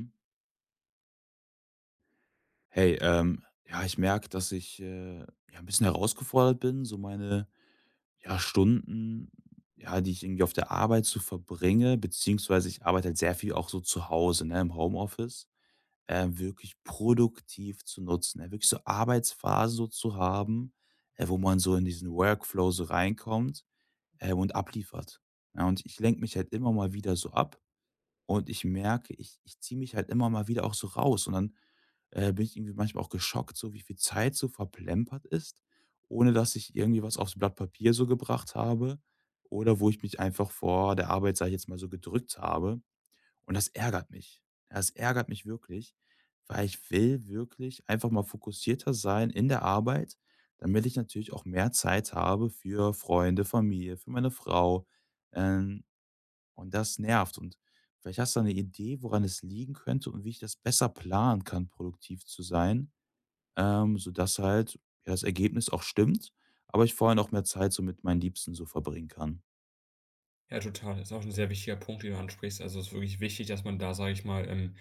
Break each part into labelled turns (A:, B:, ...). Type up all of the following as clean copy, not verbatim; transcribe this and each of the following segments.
A: Mhm. Hey, ja, ich merke, dass ich ja, ein bisschen herausgefordert bin, so meine ja, Stunden, ja, die ich irgendwie auf der Arbeit so verbringe, beziehungsweise ich arbeite halt sehr viel auch so zu Hause, ne, im Homeoffice, wirklich produktiv zu nutzen, ne, wirklich so Arbeitsphasen so zu haben, wo man so in diesen Workflow so reinkommt und abliefert. Ja, und ich lenke mich halt immer mal wieder so ab. Und ich merke, ich ziehe mich halt immer mal wieder auch so raus und dann, bin ich irgendwie manchmal auch geschockt, so wie viel Zeit so verplempert ist, ohne dass ich irgendwie was aufs Blatt Papier so gebracht habe oder wo ich mich einfach vor der Arbeit, sage ich jetzt mal, so gedrückt habe. Und das ärgert mich. Das ärgert mich wirklich, weil ich will wirklich einfach mal fokussierter sein in der Arbeit, damit ich natürlich auch mehr Zeit habe für Freunde, Familie, für meine Frau, ähm, und das nervt und vielleicht hast du eine Idee, woran es liegen könnte und wie ich das besser planen kann, produktiv zu sein, sodass halt, ja, das Ergebnis auch stimmt, aber ich vorher noch mehr Zeit so mit meinen Liebsten so verbringen kann.
B: Ja, total. Das ist auch ein sehr wichtiger Punkt, den du ansprichst. Also, es ist wirklich wichtig, dass man da, sage ich mal,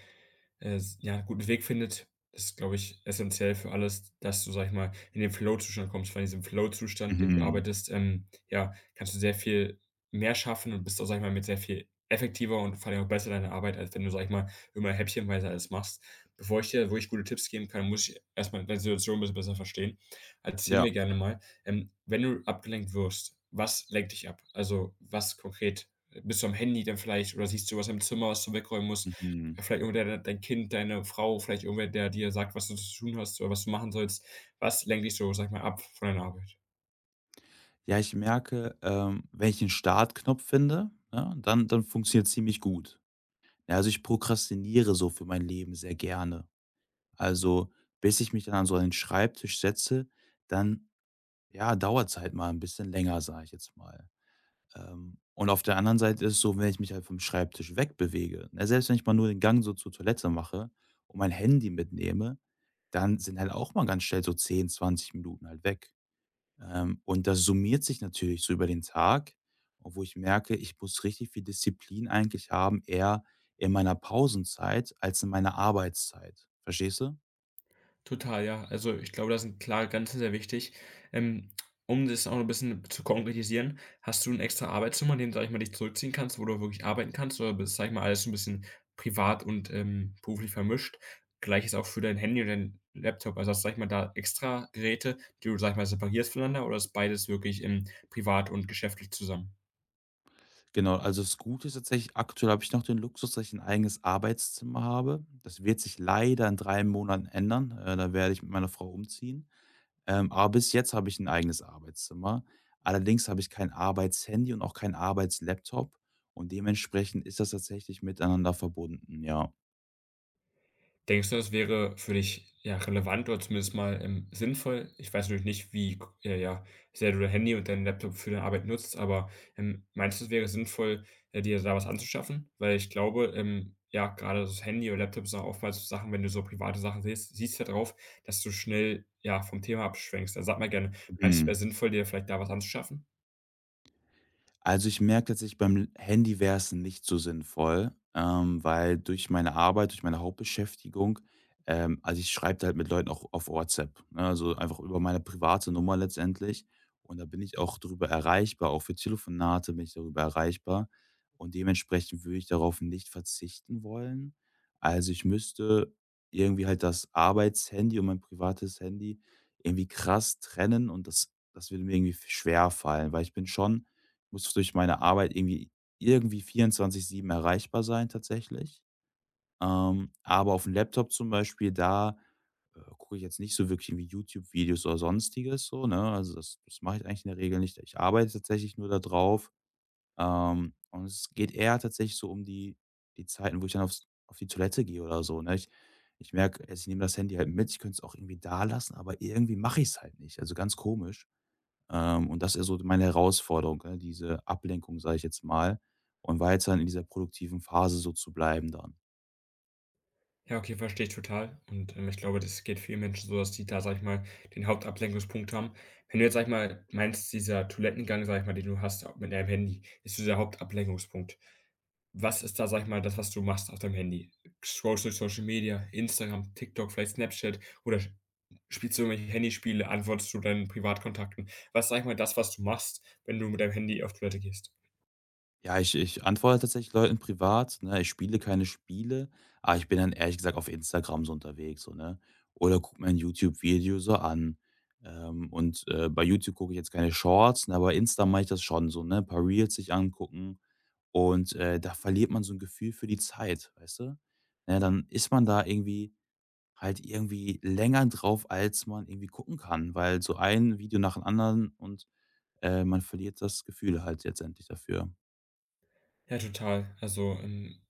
B: s ja, 'n guten Weg findet. Das ist, glaube ich, essentiell für alles, dass du, sage ich mal, in den Flow-Zustand kommst. Weil in diesem Flow-Zustand, den du
A: Mhm.
B: arbeitest, ja, kannst du sehr viel mehr schaffen und bist auch, sage ich mal, mit sehr viel effektiver und vor allem auch besser in deiner Arbeit, als wenn du, sage ich mal, immer häppchenweise alles machst. Bevor ich dir wirklich gute Tipps geben kann, muss ich erstmal deine Situation ein bisschen besser verstehen. Erzähl
A: Ja.
B: mir gerne mal, wenn du abgelenkt wirst, was lenkt dich ab? Also, was konkret? Bist du am Handy dann vielleicht oder siehst du was im Zimmer, was du wegräumen musst?
A: Mhm.
B: Vielleicht irgendwer, dein Kind, deine Frau, vielleicht irgendwer, der dir sagt, was du zu tun hast oder was du machen sollst. Was lenkt dich so, sag ich mal, ab von deiner Arbeit?
A: Ja, ich merke, wenn ich den Startknopf finde, ne, dann dann funktioniert ziemlich gut. Ja, also, ich prokrastiniere so für mein Leben sehr gerne. Also, bis ich mich dann an so einen Schreibtisch setze, dann, ja, dauert's halt mal ein bisschen länger, sage ich jetzt mal. Und auf der anderen Seite ist es so, wenn ich mich halt vom Schreibtisch wegbewege, ne, selbst wenn ich mal nur den Gang so zur Toilette mache und mein Handy mitnehme, dann sind halt auch mal ganz schnell so 10, 20 Minuten halt weg. Und das summiert sich natürlich so über den Tag, wo ich merke, ich muss richtig viel Disziplin eigentlich haben, eher in meiner Pausenzeit als in meiner Arbeitszeit. Verstehst du?
B: Total, ja. Also, ich glaube, das sind klare Grenzen sehr wichtig. Ähm, Um das auch noch ein bisschen zu konkretisieren, hast du 'n extra Arbeitszimmer, in dem, sage ich mal, dich zurückziehen kannst, wo du wirklich arbeiten kannst oder ist, sage ich mal, alles so 'n bisschen privat und, beruflich vermischt? Gleiches auch für dein Handy und deinen Laptop. Also, hast du, sage ich mal, da extra Geräte, die du, sage ich mal, separierst voneinander oder ist beides wirklich, privat und geschäftlich zusammen?
A: Genau, also das Gute ist tatsächlich, aktuell habe ich noch den Luxus, dass ich ein eigenes Arbeitszimmer habe. Das wird sich leider in 3 Monaten ändern. Da werde ich mit meiner Frau umziehen. Aber bis jetzt habe ich ein eigenes Arbeitszimmer. Allerdings habe ich kein Arbeitshandy und auch keinen Arbeitslaptop und dementsprechend ist das tatsächlich miteinander verbunden, ja.
B: Denkst du, das wäre für dich, ja, relevant oder zumindest mal, sinnvoll? Ich weiß natürlich nicht, wie g ja, ja, sehr du dein Handy und deinen Laptop für deine Arbeit nutzt, aber, meinst du, es wäre sinnvoll, dir da was anzuschaffen? Weil ich glaube, ja, gerade das Handy oder Laptop sind auch oftmals so Sachen, wenn du so private Sachen siehst da drauf, dass du schnell, ja, vom Thema abschwenkst. Dann sag mal gerne, meinst du, es wäre
A: Mhm.
B: sinnvoll, dir vielleicht da was anzuschaffen?
A: Also, ich merke tatsächlich, beim Handy wäre es nicht so sinnvoll, weil durch meine Arbeit, durch meine Hauptbeschäftigung also, ich schreibe da halt mit Leuten auch auf WhatsApp, ne? Also, einfach über meine private Nummer letztendlich und da bin ich auch drüber erreichbar. Auch für Telefonate bin ich darüber erreichbar und dementsprechend würde ich darauf nicht verzichten wollen. Also, ich müsste irgendwie halt das Arbeitshandy und mein privates Handy irgendwie krass trennen und das würde mir irgendwie schwer fallen, weil ich bin schon muss durch meine Arbeit irgendwie irgendwie 24/7 erreichbar sein tatsächlich. Aber auf dem Laptop zum Beispiel, da, gucke ich jetzt nicht so wirklich irgendwie YouTube-Videos oder Sonstiges so, ne? Also, das mache ich eigentlich in der Regel nicht. Ich arbeite tatsächlich nur da drauf. Und es geht eher tatsächlich so um die Zeiten, wo ich dann auf die Toilette gehe oder so, ne? Ich merke, also, ich nehme das Handy halt mit, ich könnte es auch irgendwie da lassen, aber irgendwie mache ich es halt nicht. Also, ganz komisch. Und das ist ja so meine Herausforderung, ne, diese Ablenkung, sage ich jetzt mal, und weiterhin in dieser produktiven Phase so zu bleiben dann.
B: Ja, okay, verstehe ich total. Und, ich glaube, das geht vielen Menschen so, dass die da, sag ich mal, den Hauptablenkungspunkt haben. Wenn du jetzt, sag ich mal, meinst, dieser Toilettengang, sag ich mal, den du hast mit deinem Handy, ist dieser Hauptablenkungspunkt. Was ist da, sag ich mal, das, was du machst auf deinem Handy? Scrollst du durch Social Media, Instagram, TikTok, vielleicht Snapchat oder sch spielst du irgendwelche Handyspiele, antwortest du deinen Privatkontakten? Was sag ich mal, das, was du machst, wenn du mit deinem Handy auf Toilette gehst?
A: Ja, ich antworte tatsächlich Leuten privat, ne? Ich spiele keine Spiele, aber ich bin dann ehrlich gesagt auf Instagram so unterwegs, so, ne? Oder gucke mir ein YouTube-Video so an. Und, bei YouTube gucke ich jetzt keine Shorts, ne, aber bei Insta mache ich das schon so, ne? Ein Paar Reels sich angucken und, da verliert man so ein Gefühl für die Zeit, weißt du? Ne, dann ist man da irgendwie halt irgendwie länger drauf, als man irgendwie gucken kann, weil so ein Video nach dem anderen und, man verliert das Gefühl halt letztendlich dafür.
B: Ja, total.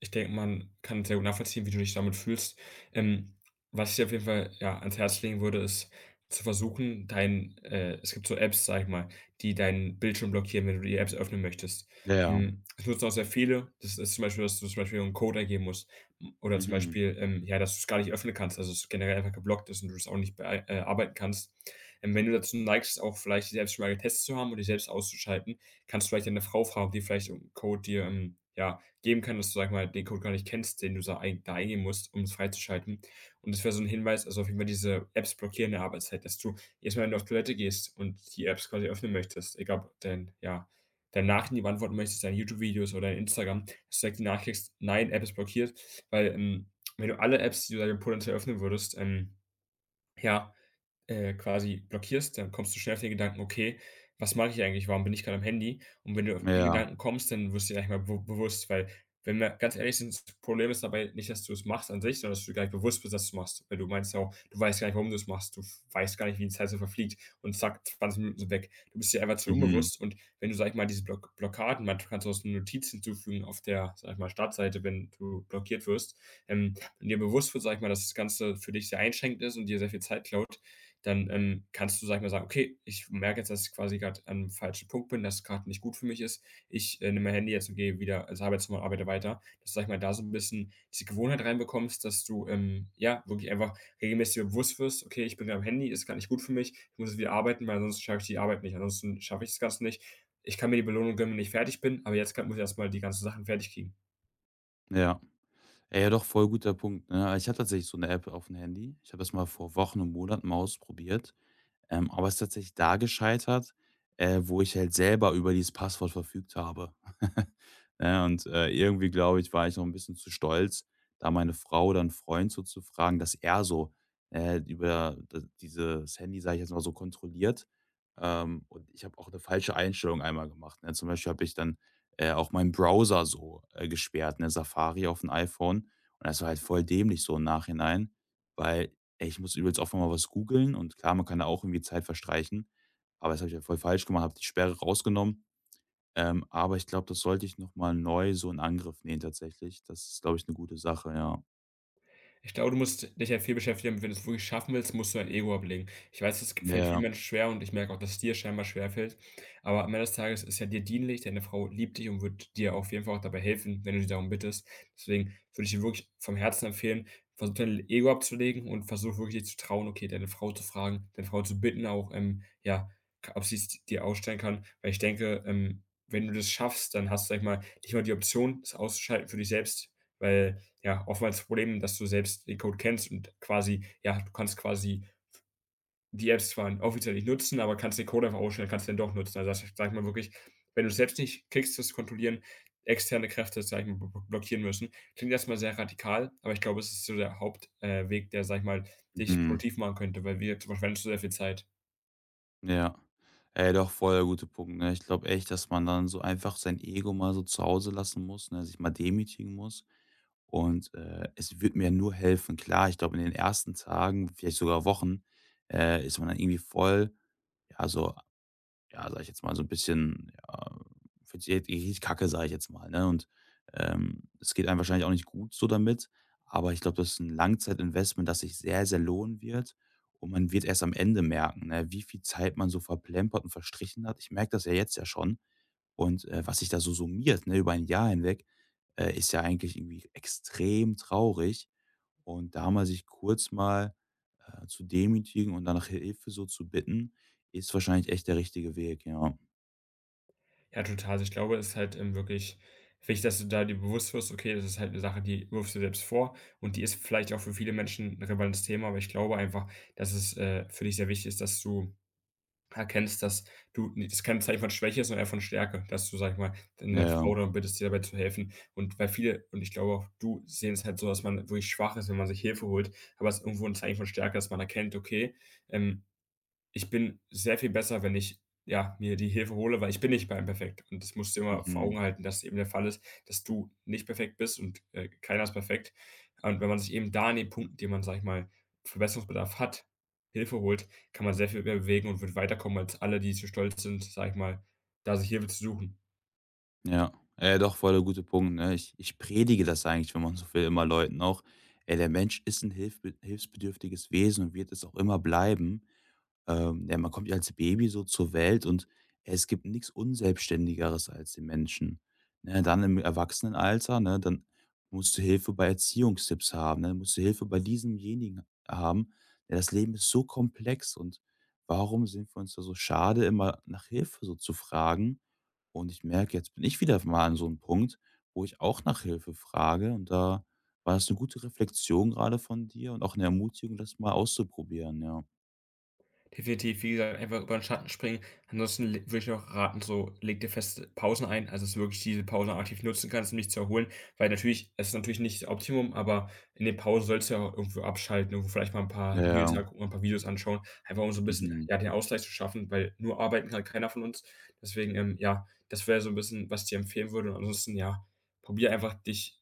B: Ich denke, man kann sehr gut nachvollziehen, wie du dich damit fühlst. Ähm, Was ich dir auf jeden Fall, ja, ans Herz legen würde, ist zu versuchen, dein es gibt so Apps, sag ich mal, die deinen Bildschirm blockieren, wenn du die Apps öffnen möchtest.
A: Ja, ja.
B: Hm, das nutzen auch sehr viele. Das ist zum Beispiel, dass du zum Beispiel einen Code eingeben musst oder zum
A: Mhm.
B: Beispiel, ja, dass du es gar nicht öffnen kannst, also, es generell einfach geblockt ist und du das auch nicht beei arbeiten kannst. Wenn du dazu neigst, auch vielleicht die selbst schon mal getestet zu haben und dich selbst auszuschalten, kannst du vielleicht deine Frau fragen, ob die vielleicht irgend Code dir, ja geben kann, dass du, sag mal, den Code gar nicht kennst, den du da eingeben musst, um es freizuschalten. Und das wäre so ein Hinweis, also, auf jeden Fall diese Apps blockieren in der Arbeitszeit, dass du jedes Mal, wenn du auf Toilette gehst und die Apps quasi öffnen möchtest, egal ob dein ja, deine Nachrichten, die du beantworten möchtest, deine YouTube-Videos oder dein Instagram, dass du direkt die Nachricht kriegst: „Nein, App ist blockiert.“ Weil, wenn du alle Apps, die du da potenziell öffnen würdest, ja, quasi blockierst, dann kommst du schnell auf den Gedanken: „Okay, was mache ich eigentlich? Warum bin ich gerade am Handy?“ Und wenn du auf
A: Ja.
B: den
A: Ja.
B: Gedanken kommst, dann wirst du dir gleich mal be bewusst, weil, wenn wir ganz ehrlich sind, das Problem ist dabei nicht, dass du es machst an sich, sondern dass du gar nicht bewusst bist, dass du es machst. Weil du meinst ja auch, du weißt gar nicht, warum du es machst. Du f Weißt gar nicht, wie die Zeit so verfliegt und zack, 20 Minuten sind weg. Du bist dir einfach zu
A: Mhm.
B: unbewusst und wenn du, sage ich mal, diese Blockaden manchmal kannst du auch so 'ne Notiz hinzufügen auf der, sage ich mal, Startseite, wenn du blockiert wirst, ähm, und dir bewusst wird, sage ich mal, dass das Ganze für dich sehr einschränkend ist und dir sehr viel Zeit klaut dann, kannst du, sag ich mal, sagen: „Okay, ich merke jetzt, dass ich quasi gerade am falschen Punkt bin, dass es gerade nicht gut für mich ist. Ich, nehme mein Handy jetzt und gehe wieder ins Arbeitszimmer und arbeite weiter.“ Dass du, sage ich mal, da so ein bisschen diese Gewohnheit reinbekommst, dass du, ja, wirklich einfach regelmäßig dir bewusst wirst: „Okay, ich bin am Handy, ist grad nicht gut für mich. Ich muss jetzt wieder arbeiten, weil ansonsten schaffe ich die Arbeit nicht. Ansonsten schaffe ich das Ganze nicht. Ich kann mir die Belohnung gönnen, wenn ich fertig bin, aber jetzt grad muss ich erst mal die ganzen Sachen fertig kriegen.“
A: Ja. Ey, ja, doch, voll guter Punkt, ne? Ich habe tatsächlich so eine App auf dem Handy. Ich habe das mal vor Wochen und Monaten mal ausprobiert. Aber es ist tatsächlich da gescheitert, wo ich halt selber über dieses Passwort verfügt habe. Ne, und, irgendwie, glaube ich, war ich noch ein bisschen zu stolz, da meine Frau oder 'n Freund so zu fragen, dass er so, über d dieses Handy, sage ich jetzt mal, so kontrolliert. Und ich habe auch eine falsche Einstellung einmal gemacht, ne? Zum Beispiel habe ich dann, auch meinen Browser so, gesperrt, ne, Safari auf'm iPhone. Und das war halt voll dämlich so im Nachhinein, weil ey, ich muss übrigens auch mal was googeln und klar, man kann da auch irgendwie Zeit verstreichen, aber das habe ich ja voll falsch gemacht, habe die Sperre rausgenommen. Aber ich glaube, das sollte ich noch mal neu so in Angriff nehmen tatsächlich. Das ist, glaube ich, eine gute Sache, ja.
B: Ich glaube, du musst dich halt viel beschäftigen, wenn du es wirklich schaffen willst, musst du dein Ego ablegen. Ich weiß, es fällt vielen
A: Ja,
B: Menschen schwer und ich merke auch, dass es dir scheinbar schwer fällt. Aber am Ende des Tages ist ja dir dienlich, deine Frau liebt dich und wird dir auf jeden Fall auch dabei helfen, wenn du sie darum bittest. Deswegen würde ich dir wirklich vom Herzen empfehlen, versuch dein Ego abzulegen und versuch wirklich dir zu trauen, okay, deine Frau zu fragen, deine Frau zu bitten auch, ja, ob sie es dir ausstellen kann. Weil ich denke, wenn du das schaffst, dann hast du, sag ich mal, nicht mal die Option, es auszuschalten für dich selbst, weil ja, oftmals das Problem, dass du selbst den Code kennst und quasi ja, du kannst quasi die Apps zwar offiziell nicht nutzen, aber kannst den Code einfach ausstellen, kannst den doch nutzen. Also, das sage ich mal wirklich, wenn du es selbst nicht kriegst, das zu kontrollieren, externe Kräfte, sage ich mal, bl blockieren müssen. Klingt erstmal sehr radikal, aber ich glaube, es ist so der Hauptweg Weg, der, sage ich mal, dich
A: mhm,
B: produktiv machen könnte, weil wie jetzt verschwendest du sehr viel Zeit.
A: ja. Ey, doch voll der gute Punkt, ne? Ich glaube echt, dass man dann so einfach sein Ego mal so zu Hause lassen muss, ne, sich mal demütigen muss. Und, es wird mir nur helfen. Klar, ich glaube, in den ersten Tagen, vielleicht sogar Wochen, ist man dann irgendwie voll, ja, so ja, sage ich jetzt mal, so ein bisschen, ja, finde ich richtig kacke, sage ich jetzt mal, ne? Und, es geht einem wahrscheinlich auch nicht gut so damit, aber ich glaube, das ist ein Langzeitinvestment, das sich sehr, sehr lohnen wird und man wird erst am Ende merken, ne, wie viel Zeit man so verplempert und verstrichen hat. Ich merke das ja jetzt ja schon. Und, was sich da so summiert, ne, über ein Jahr hinweg, ist ja eigentlich irgendwie extrem traurig. Und da mal sich kurz mal, zu demütigen und dann nach Hilfe so zu bitten, ist wahrscheinlich echt der richtige Weg, ja.
B: Ja, total. Also ich glaube, es ist halt, wirklich wichtig, dass du da dir bewusst wirst: „Okay, das ist halt eine Sache, die wirfst du selbst vor“ und die ist vielleicht auch für viele Menschen ein relevantes Thema, aber ich glaube einfach, dass es, für dich sehr wichtig ist, dass du erkennst, dass du ne, das kein Zeichen von Schwäche ist, sondern eher von Stärke, dass du, sag ich mal, eine
A: Ja,
B: Frau darum bittest, dir dabei zu helfen. Und weil viele und ich glaube auch du, sehen es halt so, dass man wirklich schwach ist, wenn man sich Hilfe holt, aber es ist irgendwo ein Zeichen von Stärke, dass man erkennt: „Okay, ähm“ ich bin sehr viel besser, wenn ich, ja, mir die Hilfe hole, weil ich bin nicht perfekt. Und das musst du dir immer vor
A: mhm,
B: Augen halten, dass eben der Fall ist, dass du nicht perfekt bist und, keiner ist perfekt. Und wenn man sich eben da an den Punkten, die man, sage ich mal, Verbesserungsbedarf hat, Hilfe holt, kann man sehr viel mehr bewegen und wird weiterkommen als alle, die zu stolz sind, sage ich mal, da sich Hilfe zu suchen.
A: ja. Doch, voll der gute Punkt, ne? Ich predige das eigentlich, wenn man so will, immer Leuten auch. Ey, der Mensch ist ein hilfsbedürftiges Wesen und wird es auch immer bleiben. Ja, man kommt ja als Baby so zur Welt und es gibt nichts Unselbstständigeres als den Menschen. Ne, dann im Erwachsenenalter, ne, dann musst du Hilfe bei Erziehungstipps haben, ne, musst du Hilfe bei diesemjenigen haben. Ja, das Leben ist so komplex und warum sind wir uns da so schade, immer nach Hilfe so zu fragen? Und ich merke, jetzt bin ich wieder mal an so einem Punkt, wo ich auch nach Hilfe frage und da war das eine gute Reflexion gerade von dir und auch eine Ermutigung, das mal auszuprobieren, ja.
B: Definitiv, wie gesagt, einfach über den Schatten springen. Ansonsten le würde ich auch raten, so leg dir feste Pausen ein, also, dass du wirklich diese Pausen aktiv nutzen kannst, um dich zu erholen, weil natürlich es ist natürlich nicht das Optimum, aber in den Pausen sollst du ja auch irgendwo abschalten, irgendwo vielleicht mal ein paar
A: Ja.
B: Reels angucken, ein paar Videos anschauen, einfach um so ein bisschen,
A: Mhm.
B: ja, den Ausgleich zu schaffen, weil nur arbeiten kann keiner von uns. Deswegen, ja, das wäre so ein bisschen, was ich dir empfehlen würde. Und ansonsten, ja, probier einfach dich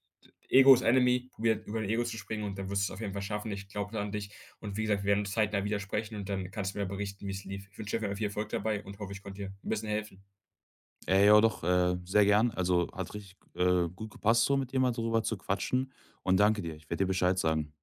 B: Ego is enemy, probier über dein Ego zu springen und dann wirst du es auf jeden Fall schaffen. Ich glaube an dich. Und wie gesagt, wir werden uns zeitnah wieder sprechen und dann kannst du mir berichten, wie es lief. Ich wünsche dir viel Erfolg dabei und hoffe, ich konnte dir ein bisschen helfen.
A: Ja doch, sehr gern. Also, hat richtig, gut gepasst so, mit dir mal darüber zu quatschen und danke dir. Ich werde dir Bescheid sagen.